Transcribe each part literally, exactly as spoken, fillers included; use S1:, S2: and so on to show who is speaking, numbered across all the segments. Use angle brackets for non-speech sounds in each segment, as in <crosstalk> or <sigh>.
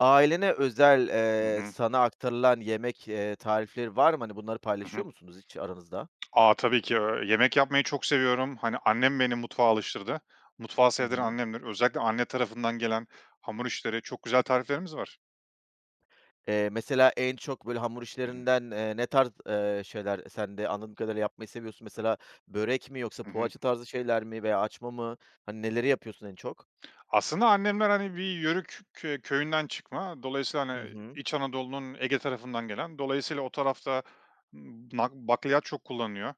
S1: Ailene özel,
S2: Hı
S1: eee,
S2: hı.
S1: sana aktarılan yemek, eee, tarifleri var mı? Hani, bunları
S2: Hı
S1: paylaşıyor
S2: hı.
S1: musunuz hiç aranızda?
S2: A, tabii ki. Eee, yemek yapmayı çok seviyorum. Hani, annem beni mutfağa alıştırdı. Mutfağı
S1: Hı
S2: sevdiren
S1: hı.
S2: annemdir. Özellikle anne tarafından gelen hamur işleri, çok güzel tariflerimiz var.
S1: Eee, mesela en çok, böyle, hamur
S2: Hı hı.
S1: işlerinden, eee, ne tarz, eee, şeyler sen de anladığım kadarıyla yapmayı seviyorsun? Mesela börek mi yoksa
S2: Hı hı.
S1: poğaça tarzı şeyler mi veya açma mı? Hani, neleri yapıyorsun en çok?
S2: Aslında annemler, hani, bir Yörük kö köyünden çıkma. Dolayısıyla,
S1: Hı
S2: hani,
S1: hı.
S2: İç Anadolu'nun Ege tarafından gelen. Dolayısıyla o tarafta m, nak bakliyat çok kullanılıyor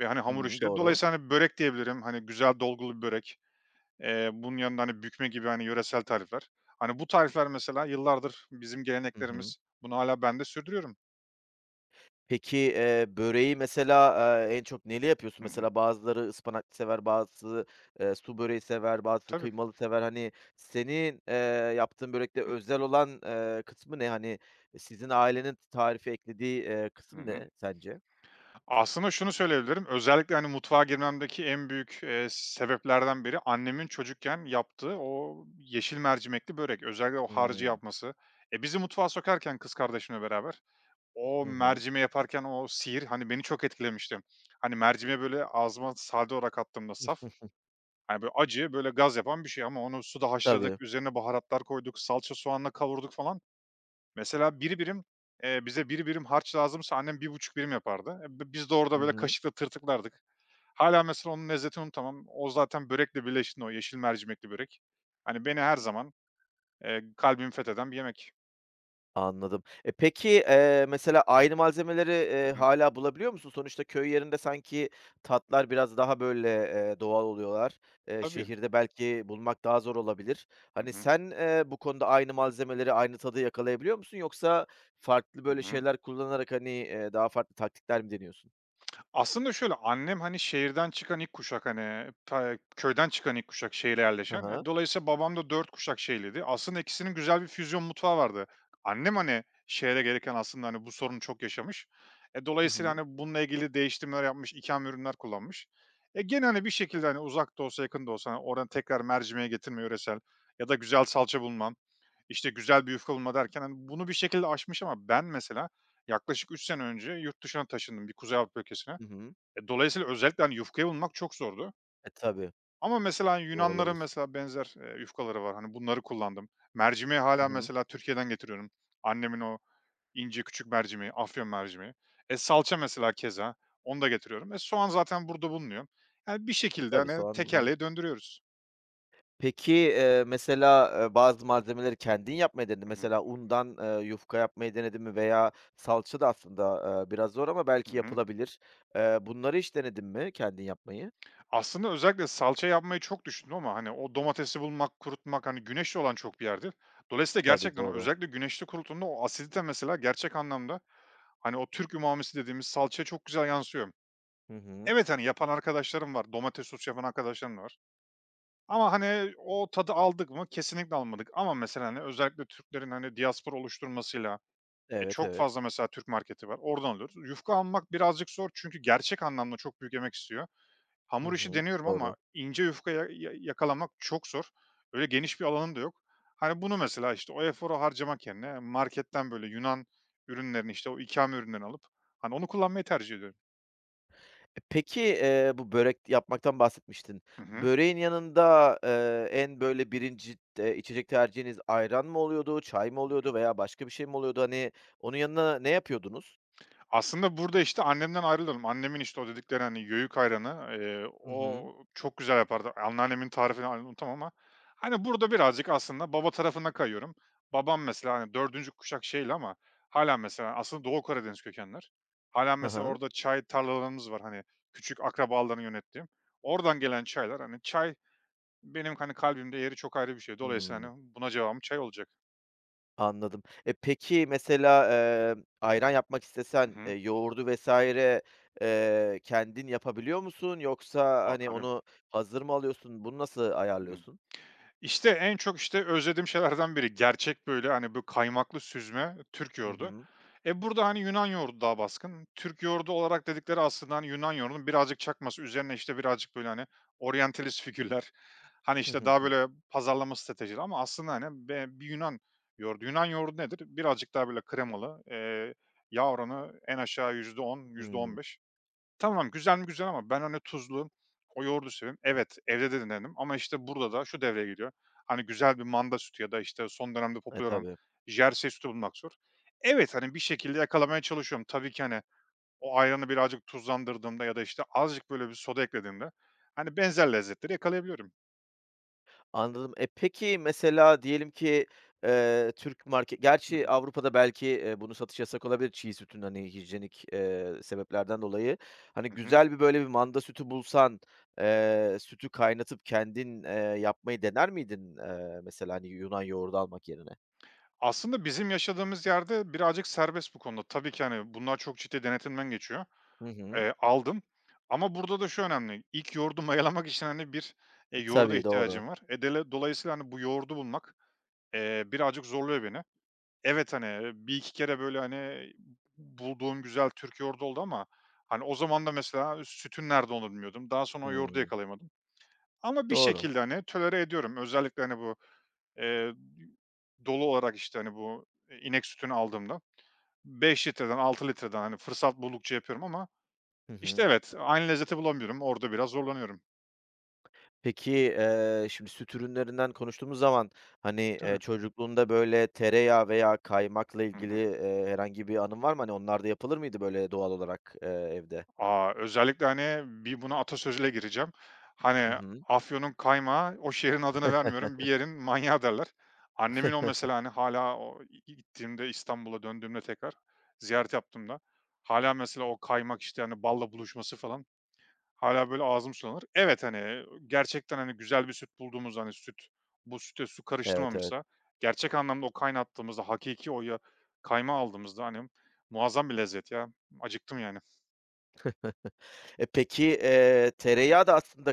S2: ve, hani, hamur
S1: Hımm,
S2: işleri.
S1: doğru.
S2: Dolayısıyla, hani, börek diyebilirim. Hani, güzel dolgulu bir börek. Eee, bunun yanında, hani, bükme gibi, hani, yöresel tarifler. Hani, bu tarifler mesela yıllardır bizim
S1: Hı hı.
S2: geleneklerimiz. Bunu hâlâ ben de sürdürüyorum.
S1: Peki, eee, böreği mesela, eee, en çok neyle yapıyorsun?
S2: Hı hı.
S1: Mesela bazıları ıspanaklı sever, bazısı, eee, su böreği sever, bazısı
S2: Tabii.
S1: kıymalı sever. Hani, senin, eee, yaptığın börekte özel olan, eee, kısmı ne? Hani, sizin ailenin tarife eklediği, eee,
S2: Hı
S1: kısım
S2: hı.
S1: ne sence?
S2: Aslında şunu söyleyebilirim, özellikle, hani, mutfağa girmemdeki en büyük, eee, sebeplerden biri annemin çocukken yaptığı o yeşil mercimekli börek. Özellikle o harcı
S1: Hımm.
S2: yapması. E, bizi mutfağa sokarken kız kardeşimle beraber o
S1: Hı hı.
S2: mercimeği yaparken o sihir, hani, beni çok etkilemişti. Hani, mercimeği böyle ağzıma sade olarak attığımda saf.
S1: <laughs>
S2: Yani böyle, acı, böyle, gaz yapan bir şey ama onu suda
S1: Tabii.
S2: haşladık, üzerine baharatlar koyduk, salça soğanla kavurduk falan. Mesela bir birim, eee, bize bir birim harç lazımsa annem bir buçuk birim yapardı. E, bi biz de orada,
S1: Hı
S2: böyle,
S1: hı.
S2: kaşıkla tırtıklardık. Hala mesela onun lezzetini unutamam. O zaten börekle birleştiğinde o yeşil mercimekli börek, hani, beni her zaman, eee, kalbimi fetheden bir yemek.
S1: Anladım. E, peki, eee, mesela aynı malzemeleri, eee,
S2: Hı hı.
S1: hâlâ bulabiliyor musun? Sonuçta köy yerinde sanki tatlar biraz daha, böyle, eee, doğal oluyorlar. Eee,
S2: Tabii.
S1: şehirde belki bulmak daha zor olabilir.
S2: Hı
S1: Hani,
S2: hı.
S1: sen, eee, bu konuda aynı malzemeleri, aynı tadı yakalayabiliyor musun? Yoksa farklı,
S2: Hı
S1: böyle,
S2: hı.
S1: şeyler kullanarak, hani, eee, daha farklı taktikler mi deniyorsun?
S2: Aslında şöyle, annem, hani, şehirden çıkan ilk kuşak, hani, ta köyden çıkan ilk kuşak, şehre
S1: Hı
S2: yerleşen.
S1: hı.
S2: E, dolayısıyla babam da dört kuşak şehirliydi. Aslında ikisinin güzel bir füzyon mutfağı vardı. Annem, hani, şehre gelirken aslında, hani, bu sorunu çok yaşamış. E,
S1: Hı
S2: dolayısıyla,
S1: hı.
S2: hani, bununla ilgili değiştirmeler yapmış, ikame ürünler kullanmış. E, gene, hani, bir şekilde, hani, uzak da olsa yakın da olsa, hani, oradan tekrar mercimeğe getirme yöresel ya da güzel salça bulmam, işte, güzel bir yufka bulma derken, hani, bunu bir şekilde aşmış ama ben mesela yaklaşık üç sene önce yurt dışına taşındım, bir Kuzey Avrupa ülkesine.
S1: Hı hı.
S2: E, dolayısıyla özellikle, hani, yufkayı bulmak çok zordu.
S1: E, tabii.
S2: Ama mesela, hani,
S1: Zor
S2: Yunanların
S1: olabilir.
S2: mesela benzer, eee, yufkaları var. Hani, bunları kullandım. Mercimeği
S1: Hı
S2: hala
S1: hı.
S2: mesela Türkiye'den getiriyorum. Annemin o ince küçük mercimeği, Afyon mercimeği. E, salça mesela keza, onu da getiriyorum. E, soğan zaten burada bulunuyor. Yani, bir
S1: E,
S2: şekilde,
S1: tabii
S2: hani,
S1: soğan bulunabilir.
S2: tekerleği döndürüyoruz.
S1: Peki, eee, mesela, eee, bazı malzemeleri kendin yapmayı denedin.
S2: Hı hı.
S1: Mesela undan, eee, yufka yapmayı denedin mi veya salça da aslında, eee, biraz zor ama
S2: Hı
S1: belki
S2: hı.
S1: yapılabilir. Eee, bunları hiç denedin mi kendin yapmayı?
S2: Aslında özellikle salça yapmayı çok düşündüm ama, hani, o domatesi bulmak, kurutmak, hani, güneşli olan çok bir yerdir. Dolayısıyla
S1: Tabii,
S2: gerçekten o
S1: doğru.
S2: özellikle güneşte kurutulduğunda o asidite mesela gerçek anlamda, hani, o Türk umamisi dediğimiz salçaya çok güzel yansıyor.
S1: Hı hı.
S2: Evet, hani, yapan arkadaşlarım var, domates sosu yapan arkadaşlarım var ama, hani, o tadı aldık mı? Kesinlikle almadık ama mesela, hani, özellikle Türklerin, hani, diaspora oluşturmasıyla, e,
S1: Evet,
S2: çok
S1: evet.
S2: fazla mesela Türk marketi var, oradan alıyoruz. Yufka almak birazcık zor çünkü gerçek anlamda çok büyük emek istiyor.
S1: Hı
S2: Hamur işi
S1: hı.
S2: deniyorum ama
S1: Doğru.
S2: ince yufka ya ya yakalamak çok zor. Öyle geniş bir alanım da yok. Hani, bunu mesela, işte, o eforu harcamak yerine marketten, böyle, Yunan ürünlerini, işte, o ikame ürünlerini alıp, hani, onu kullanmayı tercih ediyorum.
S1: E, peki, eee, bu börek yapmaktan bahsetmiştin.
S2: Hı hı.
S1: Böreğin yanında, eee, en böyle birinci eee, içecek tercihiniz ayran mı oluyordu, çay mı oluyordu veya başka bir şey mi oluyordu? Hani, onun yanına ne yapıyordunuz?
S2: Aslında burada, işte, annemden ayrılırım. Annemin, işte, o dedikleri, hani, "Yöğük ayranı", eee,
S1: Hı
S2: o
S1: hı.
S2: çok güzel yapardı. Anneannemin tarifini hâlâ unutamam ama, hani, burada birazcık aslında baba tarafına kayıyorum. Babam mesela, hani, dördüncü kuşak şeyli ama hala mesela aslında Doğu Karadeniz kökenler. Hala
S1: Hı
S2: mesela
S1: hı.
S2: orada çay tarlalarımız var, hani, küçük akrabaların yönettiğim. Oradan gelen çaylar, hani, çay benim, hani, kalbimde yeri çok ayrı bir şey. Dolayısıyla,
S1: Hıı.
S2: hani, buna cevabım çay olacak.
S1: Anladım. E, peki mesela, emm, ayran yapmak
S2: Hı
S1: istesen, eee,
S2: hı.
S1: yoğurdu vesaire eee, kendin yapabiliyor musun? Yoksa,
S2: A,
S1: hani,
S2: tabii.
S1: onu hazır mı alıyorsun? Bunu nasıl
S2: Hı.
S1: ayarlıyorsun?
S2: İşte, en çok, işte, özlediğim şeylerden biri. Gerçek, böyle, hani, bu kaymaklı süzme Türk
S1: Hı
S2: yoğurdu.
S1: hı.
S2: E, burada, hani, Yunan yoğurdu daha baskın. Türk yoğurdu olarak dedikleri aslında, hani, Yunan yoğurdunun birazcık çakması, üzerine, işte, birazcık, böyle, hani, oryantalist figürler, <laughs> hani,
S1: Hı
S2: işte,
S1: hı,
S2: daha,
S1: hı.
S2: böyle, pazarlama stratejileri ama aslında, hani, be bir Yunan yoğurdu. Yunan yoğurdu nedir? Birazcık daha, böyle, kremalı, eee, yağ oranı en aşağı yüzde yüzde on, yüzde on
S1: Hımm.
S2: beş. Tamam, güzel mi güzel ama ben, hani, tuzlu, o yoğurdu seviyorum. Evet, evde de denedim ama, işte, burada da şu devreye giriyor. Hani, güzel bir manda sütü ya da, işte, son dönemde
S1: E,
S2: popüler olan
S1: tabii.
S2: jersey sütü bulmak zor. Evet, hani, bir şekilde yakalamaya çalışıyorum. Tabii ki, hani, o ayranı birazcık tuzlandırdığımda ya da, işte, azıcık böyle bir soda eklediğimde, hani, benzer lezzetleri yakalayabiliyorum.
S1: Anladım. E, peki, mesela diyelim ki, eee, Türk market
S2: Hı
S1: gerçi
S2: hı.
S1: Avrupa'da belki, eee, bunu satış yasak olabilir çiğ sütün, hani, hijyenik, eee, sebeplerden dolayı. Hani,
S2: Hı hı.
S1: güzel bir, böyle, bir manda sütü bulsan, eee, sütü kaynatıp kendin, eee, yapmayı dener miydin, eee, mesela, hani, Yunan yoğurdu almak yerine?
S2: Aslında bizim yaşadığımız yerde birazcık serbest bu konuda. Tabii ki, hani, bunlar çok ciddi denetimden geçiyor.
S1: Hı hı.
S2: Eee, aldım ama burada da şu önemli, ilk yoğurdu <laughs> mayalamak için, hani, bir, eee, yoğurda
S1: Tabii, doğru.
S2: ihtiyacım var. E, dele dolayısıyla, hani, bu yoğurdu bulmak, eee, birazcık zorluyor beni. Evet, hani, bir iki kere, böyle, hani, bulduğum güzel Türk yoğurdu oldu ama, hani, o zaman da mesela sütün nerede onu bilmiyordum. Daha sonra o yoğurdu
S1: Hımm.
S2: yakalayamadım ama bir
S1: Doğru.
S2: şekilde, hani, tolere ediyorum. Özellikle, hani, bu, eee, dolu olarak, işte, hani, bu, e, inek sütünü aldığımda beş litreden altı litreden, hani, fırsat buldukça yapıyorum ama
S1: Hı
S2: işte
S1: hı.
S2: evet, aynı lezzeti bulamıyorum. Orada biraz zorlanıyorum.
S1: Peki, eee, şimdi süt ürünlerinden konuştuğumuz zaman, hani, eee,
S2: Tabii.
S1: çocukluğunda böyle tereyağı veya kaymakla
S2: Hı
S1: ilgili,
S2: hı.
S1: eee, herhangi bir anın var mı? Hani, onlar da yapılır mıydı böyle doğal olarak, eee, evde?
S2: A, özellikle, hani, bir buna atasözüyle gireceğim.
S1: Hı
S2: Hani,
S1: hı.
S2: Afyon'un kaymağı, o şehrin adını vermiyorum, bir yerin manyağı derler. Annemin o mesela, hani, hala o i gittiğimde İstanbul'a döndüğümde tekrar ziyaret yaptığımda. Hala mesela o kaymak, işte, hani, balla buluşması falan. Hâlâ böyle ağzım sulanır. Evet, hani, gerçekten, hani, güzel bir süt bulduğumuz, hani, süt, bu süte su
S1: Evet, evet.
S2: karıştırmamışsa, gerçek anlamda o kaynattığımızda, hakiki o ya kaymağı aldığımızda, hani, muazzam bir lezzet ya. Acıktım yani.
S1: E, peki, eee, tereyağı da aslında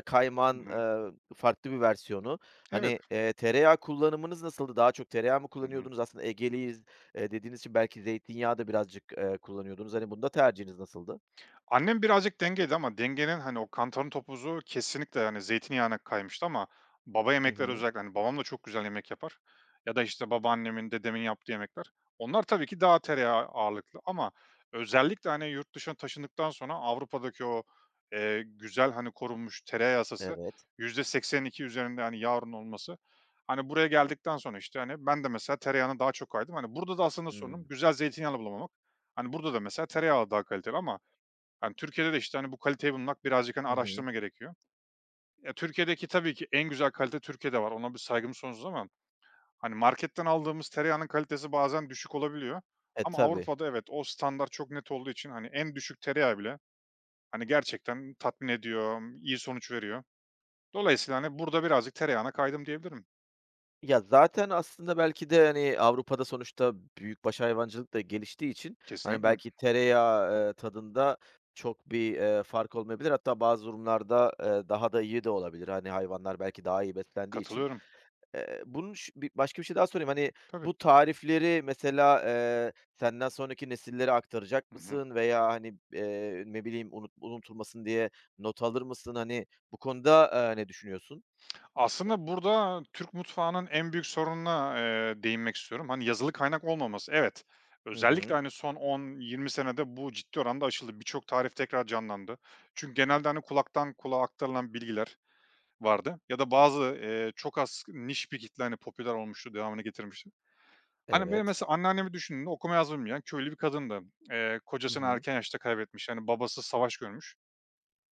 S2: Hı
S1: kaymağın,
S2: hı.
S1: eee, farklı bir versiyonu.
S2: Evet.
S1: Hani, eee, tereyağı kullanımınız nasıldı? Daha çok tereyağı mı
S2: Hı hı.
S1: kullanıyordunuz? Aslında Egeliyiz, eee, dediğiniz için belki zeytinyağı da birazcık, eee, kullanıyordunuz. Hani, bunda tercihiniz nasıldı?
S2: Annem birazcık dengeydi ama dengenin, hani, o kantarın topuzu kesinlikle, hani, zeytinyağına kaymıştı ama baba
S1: Hı
S2: yemekleri
S1: hı.
S2: özellikle, hani, babam da çok güzel yemek yapar ya da, işte, babaannemin, dedemin yaptığı yemekler. Onlar tabii ki daha tereyağı ağırlıklı ama özellikle, hani, yurt dışına taşındıktan sonra Avrupa'daki o, eee, güzel, hani, korunmuş tereyağı yasası
S1: Evet.
S2: yüzde seksen iki üzerinde, hani, yağ oranı olması, hani, buraya geldikten sonra, işte, hani, ben de mesela tereyağına daha çok kaydım. Hani, burada da aslında sorunum
S1: Hımm.
S2: güzel zeytinyağını bulamamak. Hani, burada da mesela tereyağı daha kaliteli ama. Hani, Türkiye'de de, işte, hani, bu kaliteyi bulmak birazcık, hani,
S1: Hı hı.
S2: araştırma gerekiyor. Ya, Türkiye'deki tabii ki en güzel kalite Türkiye'de var. Ona bir saygım sonsuz ama, hani, marketten aldığımız tereyağının kalitesi bazen düşük olabiliyor
S1: E,
S2: ama
S1: tabii.
S2: Avrupa'da evet, o standart çok net olduğu için, hani, en düşük tereyağı bile, hani, gerçekten tatmin ediyor, iyi sonuç veriyor. Dolayısıyla, hani, burada birazcık tereyağına kaydım diyebilirim.
S1: Ya, zaten aslında belki de, hani, Avrupa'da sonuçta büyükbaş hayvancılık da geliştiği için, hani,
S2: Kesinlikle.
S1: belki tereyağı, eee, tadında çok bir, eee, fark olmayabilir. Hatta bazı durumlarda, eee, daha da iyi de olabilir. Hani, hayvanlar belki daha iyi beslendiği için.
S2: Katılıyorum.
S1: Eee, bunun ş bir başka bir şey daha sorayım. Hani,
S2: Tabii.
S1: bu tarifleri mesela, eee, senden sonraki nesillere aktaracak
S2: Hı hı.
S1: mısın veya, hani, eee, ne bileyim, unut unutulmasın diye not alır mısın? Hani, bu konuda, eee, ne düşünüyorsun?
S2: Aslında burada Türk mutfağının en büyük sorununa, eee, değinmek istiyorum. Hani, yazılı kaynak olmaması. Evet,
S1: Hı
S2: özellikle,
S1: hı.
S2: hani, son on yirmi senede bu ciddi oranda aşıldı. Birçok tarif tekrar canlandı. Çünkü genelde, hani, kulaktan kulağa aktarılan bilgiler vardı ya da bazı, eee, çok az niş bir kitle, hani, popüler olmuştu, devamını getirmişti. Hani, benim
S1: Evet.
S2: mesela anneannemi düşündüğünde okuma yazma bilmeyen köylü bir kadındı. Eee,
S1: Hı
S2: kocasını
S1: hı.
S2: erken yaşta kaybetmiş, yani babası savaş görmüş.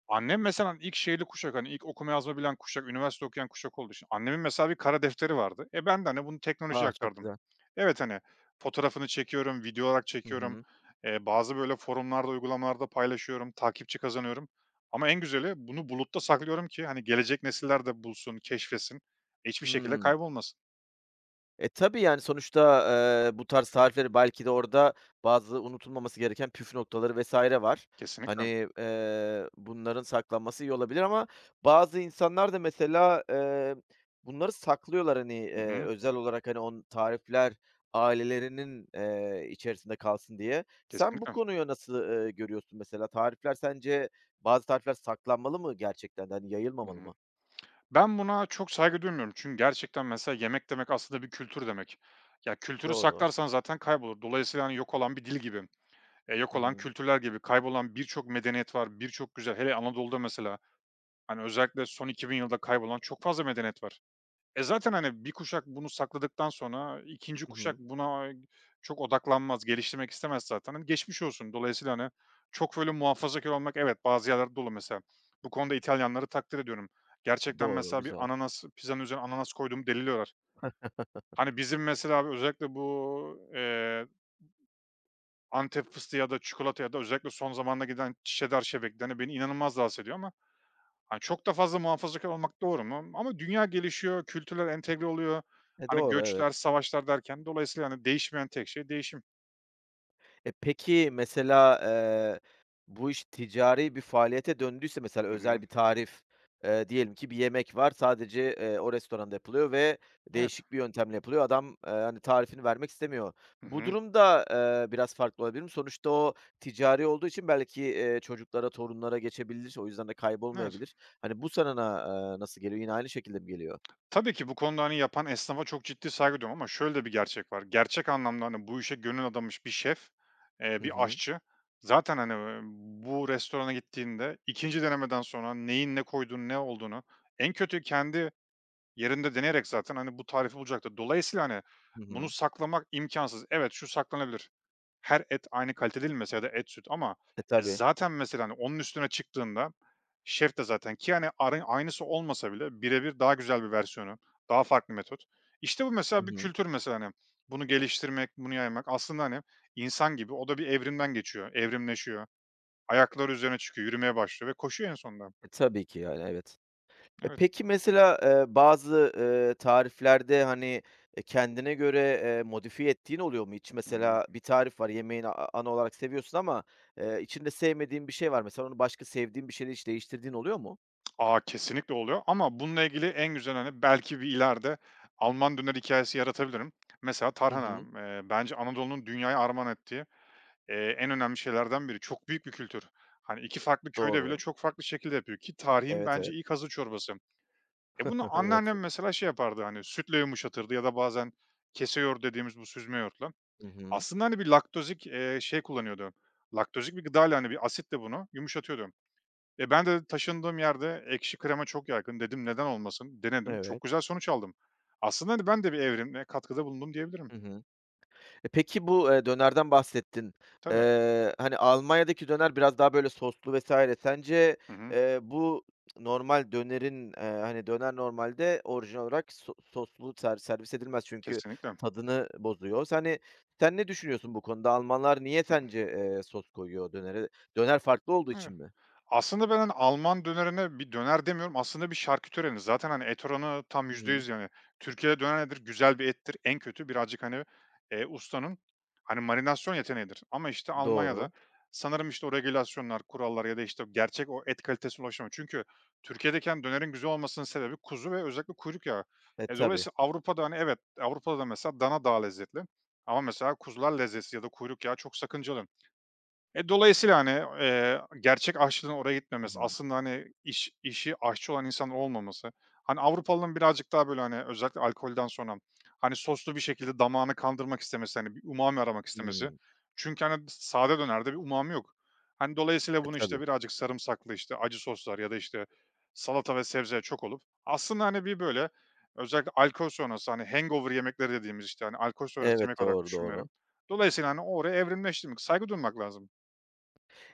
S2: Annem mesela ilk şeyli kuşak, hani, ilk okuma yazma bilen kuşak, üniversite okuyan kuşak olduğu için annemin mesela bir kara defteri vardı. E, ben de, hani, bunu teknolojiye
S1: A, çok
S2: aktardım.
S1: güzel.
S2: Evet, hani, fotoğrafını çekiyorum, video olarak
S1: Hı
S2: çekiyorum.
S1: hı.
S2: Eee, bazı böyle forumlarda, uygulamalarda paylaşıyorum, takipçi kazanıyorum ama en güzeli bunu bulutta saklıyorum ki, hani, gelecek nesiller de bulsun, keşfetsin, hiçbir şekilde
S1: Hımm.
S2: kaybolmasın.
S1: E, tabii, yani, sonuçta, eee, bu tarz tarifleri belki de orada bazı unutulmaması gereken püf noktaları vesaire var.
S2: Kesinlikle.
S1: Hani, eee, bunların saklanması iyi olabilir ama bazı insanlar da mesela, eee, bunları saklıyorlar, hani,
S2: Hı
S1: eee,
S2: hı.
S1: özel olarak, hani, on tarifler ailelerinin, eee, içerisinde kalsın diye. Sen bu
S2: Kesinlikle.
S1: konuyu nasıl, eee, görüyorsun mesela? Tarifler sence bazı tarifler saklanmalı mı gerçekten de, hani,
S2: Hı
S1: yayılmamalı
S2: hı.
S1: mı?
S2: Ben buna çok saygı duymuyorum. Çünkü gerçekten mesela yemek demek aslında bir kültür demek. Ya, kültürü
S1: Doğru.
S2: saklarsan zaten kaybolur. Dolayısıyla, hani, yok olan bir dil gibi, eee,
S1: Hı
S2: yok olan
S1: hı.
S2: kültürler gibi kaybolan birçok medeniyet var, birçok güzel. Hele Anadolu'da mesela, hani, özellikle son iki bin yılda kaybolan çok fazla medeniyet var. E, zaten, hani, bir kuşak bunu sakladıktan sonra ikinci
S1: Hı
S2: kuşak
S1: hı.
S2: buna çok odaklanmaz, geliştirmek istemez zaten. Hani, geçmiş olsun. Dolayısıyla, hani, çok böyle muhafazakâr olmak evet, bazı yerlerde dolu mesela. Bu konuda İtalyanları takdir ediyorum. Gerçekten
S1: Doğru,
S2: mesela bir
S1: güzel.
S2: ananas pizzanın üzerine ananas koyduğumu deliliyorlar. Hani, bizim mesela abi özellikle bu, eee, Antep fıstığı ya da çikolata ya da özellikle son zamanda giden cheddar şebekleri, hani, beni inanılmaz rahatsız ediyor ama. Hani, çok da fazla muhafazakar olmak doğru mu? Ama dünya gelişiyor, kültürler entegre oluyor.
S1: E,
S2: Hani,
S1: doğru, evet.
S2: göçler, savaşlar derken dolayısıyla, hani, değişmeyen tek şey değişim.
S1: E, peki mesela, eee, bu iş ticari bir faaliyete döndüyse mesela
S2: Hı
S1: özel
S2: hı.
S1: bir tarif, eee, diyelim ki bir yemek var sadece, eee, o restoranda yapılıyor ve
S2: Evet.
S1: değişik bir yöntemle yapılıyor. Adam, eee, hani, tarifini vermek istemiyor.
S2: Hı
S1: Bu
S2: hı.
S1: durumda, eee, biraz farklı olabilir mi? Sonuçta o ticari olduğu için belki, eee, çocuklara, torunlara geçebilir. O yüzden de
S2: Evet.
S1: kaybolmayabilir. Hani, bu sana na eee, nasıl geliyor? Yine aynı şekilde mi geliyor?
S2: Tabii ki bu konuda, hani, yapan esnafa çok ciddi saygı duyuyorum ama şöyle de bir gerçek var. Gerçek anlamda, hani, bu işe gönül adamış bir şef, eee,
S1: Hı
S2: bir
S1: hı.
S2: aşçı zaten, hani, eee, bu restorana gittiğinde ikinci denemeden sonra neyin ne koyduğunu, ne olduğunu en kötü kendi yerinde deneyerek zaten, hani, bu tarifi bulacaktır. Dolayısıyla, hani,
S1: Hı
S2: bunu
S1: hı.
S2: saklamak imkansız. Evet, şu saklanabilir. Her et aynı kalitede değil mesela ya da et, süt ama,
S1: E,
S2: e,
S1: tabii.
S2: zaten mesela, hani, onun üstüne çıktığında şef de zaten ki, hani, arı aynısı olmasa bile birebir daha güzel bir versiyonu, daha farklı metot. İşte, bu
S1: Hı
S2: mesela bir
S1: hı.
S2: kültür mesela, hani, bunu geliştirmek, bunu yaymak. Aslında, hani, insan gibi o da bir evrimden geçiyor, evrimleşiyor. Ayakları üzerine çıkıyor, yürümeye başlıyor ve koşuyor en sonunda.
S1: E, tabii ki yani, evet. E,
S2: Evet.
S1: peki mesela, eee, bazı, eee, tariflerde, hani, e, kendine göre, eee, modifiye ettiğin oluyor mu hiç?
S2: Hı hı.
S1: Mesela bir tarif var, yemeğini a ana olarak seviyorsun ama, eee, içinde sevmediğin bir şey var. Mesela onu başka sevdiğin bir şeyle hiç değiştirdiğin oluyor mu?
S2: A, kesinlikle oluyor ama bununla ilgili en güzel, hani, belki bir ileride Alman döner hikayesi yaratabilirim. Mesela
S1: Hı hı.
S2: tarhana, eee, bence Anadolu'nun dünyaya armağan ettiği, eee, en önemli şeylerden biri. Çok büyük bir kültür. Hani, iki farklı köyde bile
S1: Doğru.
S2: çok farklı şekilde yapıyor ki tarihin
S1: Evet, evet.
S2: bence ilk hazır çorbası. E,
S1: <laughs>
S2: bunu
S1: Evet.
S2: anneannem mesela şey yapardı, hani, sütle yumuşatırdı ya da bazen kese yoğurdu dediğimiz bu süzme yoğurtla.
S1: Hı hı.
S2: Aslında, hani, bir laktozik, eee, şey kullanıyordu, laktozik bir gıdayla, hani, bir asitle bunu yumuşatıyordu. E, ben de taşındığım yerde ekşi krema çok yaygın. Dedim neden olmasın? Denedim. Çok
S1: Evet.
S2: güzel sonuç aldım. Aslında hani ben de bir evrime katkıda bulundum diyebilirim.
S1: Hı hı. E, peki bu, eee, dönerden bahsettin.
S2: Tabii.
S1: Eee, hani, Almanya'daki döner biraz daha böyle soslu vesaire. Sence,
S2: Hı hı.
S1: eee, bu normal dönerin, eee, hani, döner normalde orijinal olarak so soslu ser servis edilmez çünkü
S2: Kesinlikle.
S1: tadını bozuyor. Hani, sen ne düşünüyorsun bu konuda? Almanlar niye sence, eee, sos koyuyor dönere? Döner farklı olduğu
S2: Evet.
S1: için mi?
S2: Aslında ben, hani, Alman dönerine bir döner demiyorum, aslında bir şarküteri hani zaten, hani, et oranı tam
S1: Hı
S2: yüzde
S1: hı.
S2: yüz yani. Türkiye'de döner nedir? Güzel bir ettir. En kötü birazcık, hani, eee, ustanın, hani, marinasyon yeteneğidir ama, işte, Almanya'da
S1: Doğru.
S2: sanırım, işte, o regülasyonlar, kurallar ya da, işte, gerçek o et kalitesine ulaşamıyor. Çünkü Türkiye'deki, hani, dönerin güzel olmasının sebebi kuzu ve özellikle kuyruk yağı.
S1: E,
S2: E,
S1: tabii.
S2: dolayısıyla Avrupa'da, hani, evet, Avrupa'da da mesela dana daha lezzetli ama mesela kuzular lezzeti ya da kuyruk yağı çok sakıncalı. E, dolayısıyla, hani, eee, gerçek aşçının oraya
S1: Hı
S2: gitmemesi,
S1: hı.
S2: aslında, hani, iş işi aşçı olan insan olmaması, hani, Avrupalıların birazcık daha, böyle, hani, özellikle alkolden sonra, hani, soslu bir şekilde damağını kandırmak istemesi, hani, bir umami aramak istemesi.
S1: Hımm.
S2: Çünkü, hani, sade dönerde bir umami yok. Hani, dolayısıyla
S1: E,
S2: bunu,
S1: tabii.
S2: işte, birazcık sarımsaklı, işte, acı soslar ya da, işte, salata ve sebzeye çok olup aslında, hani, bir, böyle, özellikle alkol sonrası, hani, hangover yemekleri dediğimiz, işte, hani, alkol sonrası
S1: Evet,
S2: yemek olarak
S1: doğru, doğru.
S2: düşünüyorum. Dolayısıyla, hani, oraya evrimleşti. Saygı duymak lazım.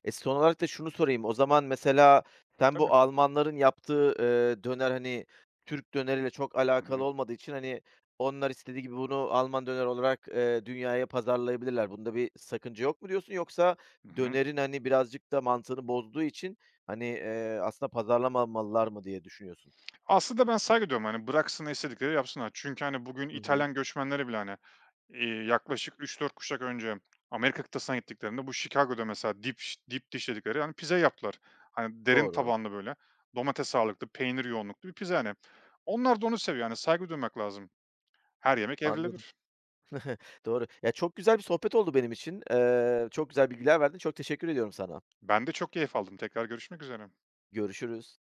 S1: E, son olarak da şunu sorayım, o zaman mesela sen
S2: Tabii.
S1: bu Almanların yaptığı, eee, döner, hani, Türk döneriyle çok
S2: Hı
S1: alakalı
S2: hı.
S1: olmadığı için, hani, onlar istediği gibi bunu Alman döner olarak, eee, dünyaya pazarlayabilirler. Bunda bir sakınca yok mu diyorsun yoksa
S2: Hı hı.
S1: dönerin, hani, birazcık da mantığını bozduğu için, hani, eee, aslında pazarlamamalılar mı diye düşünüyorsun?
S2: Aslında ben saygı duyuyorum, hani, bıraksınlar, istedikleri yapsınlar. Çünkü, hani, bugün
S1: Hı hı.
S2: İtalyan göçmenleri bile, hani, eee, yaklaşık üç dört kuşak önce Amerika kıtasına gittiklerinde bu Chicago'da mesela deep ş deep dish dedikleri, hani, pizza yaptılar. Hani, derin
S1: Doğru.
S2: tabanlı böyle domates ağırlıklı, peynir yoğunluklu bir pizza, hani. Onlar da onu seviyor. Yani, saygı duymak lazım. Her yemek
S1: Anladım.
S2: evrilebilir.
S1: Doğru. Ya, çok güzel bir sohbet oldu benim için. Eee, çok güzel bilgiler verdin. Çok teşekkür ediyorum sana.
S2: Ben de çok keyif aldım. Tekrar görüşmek üzere.
S1: Görüşürüz.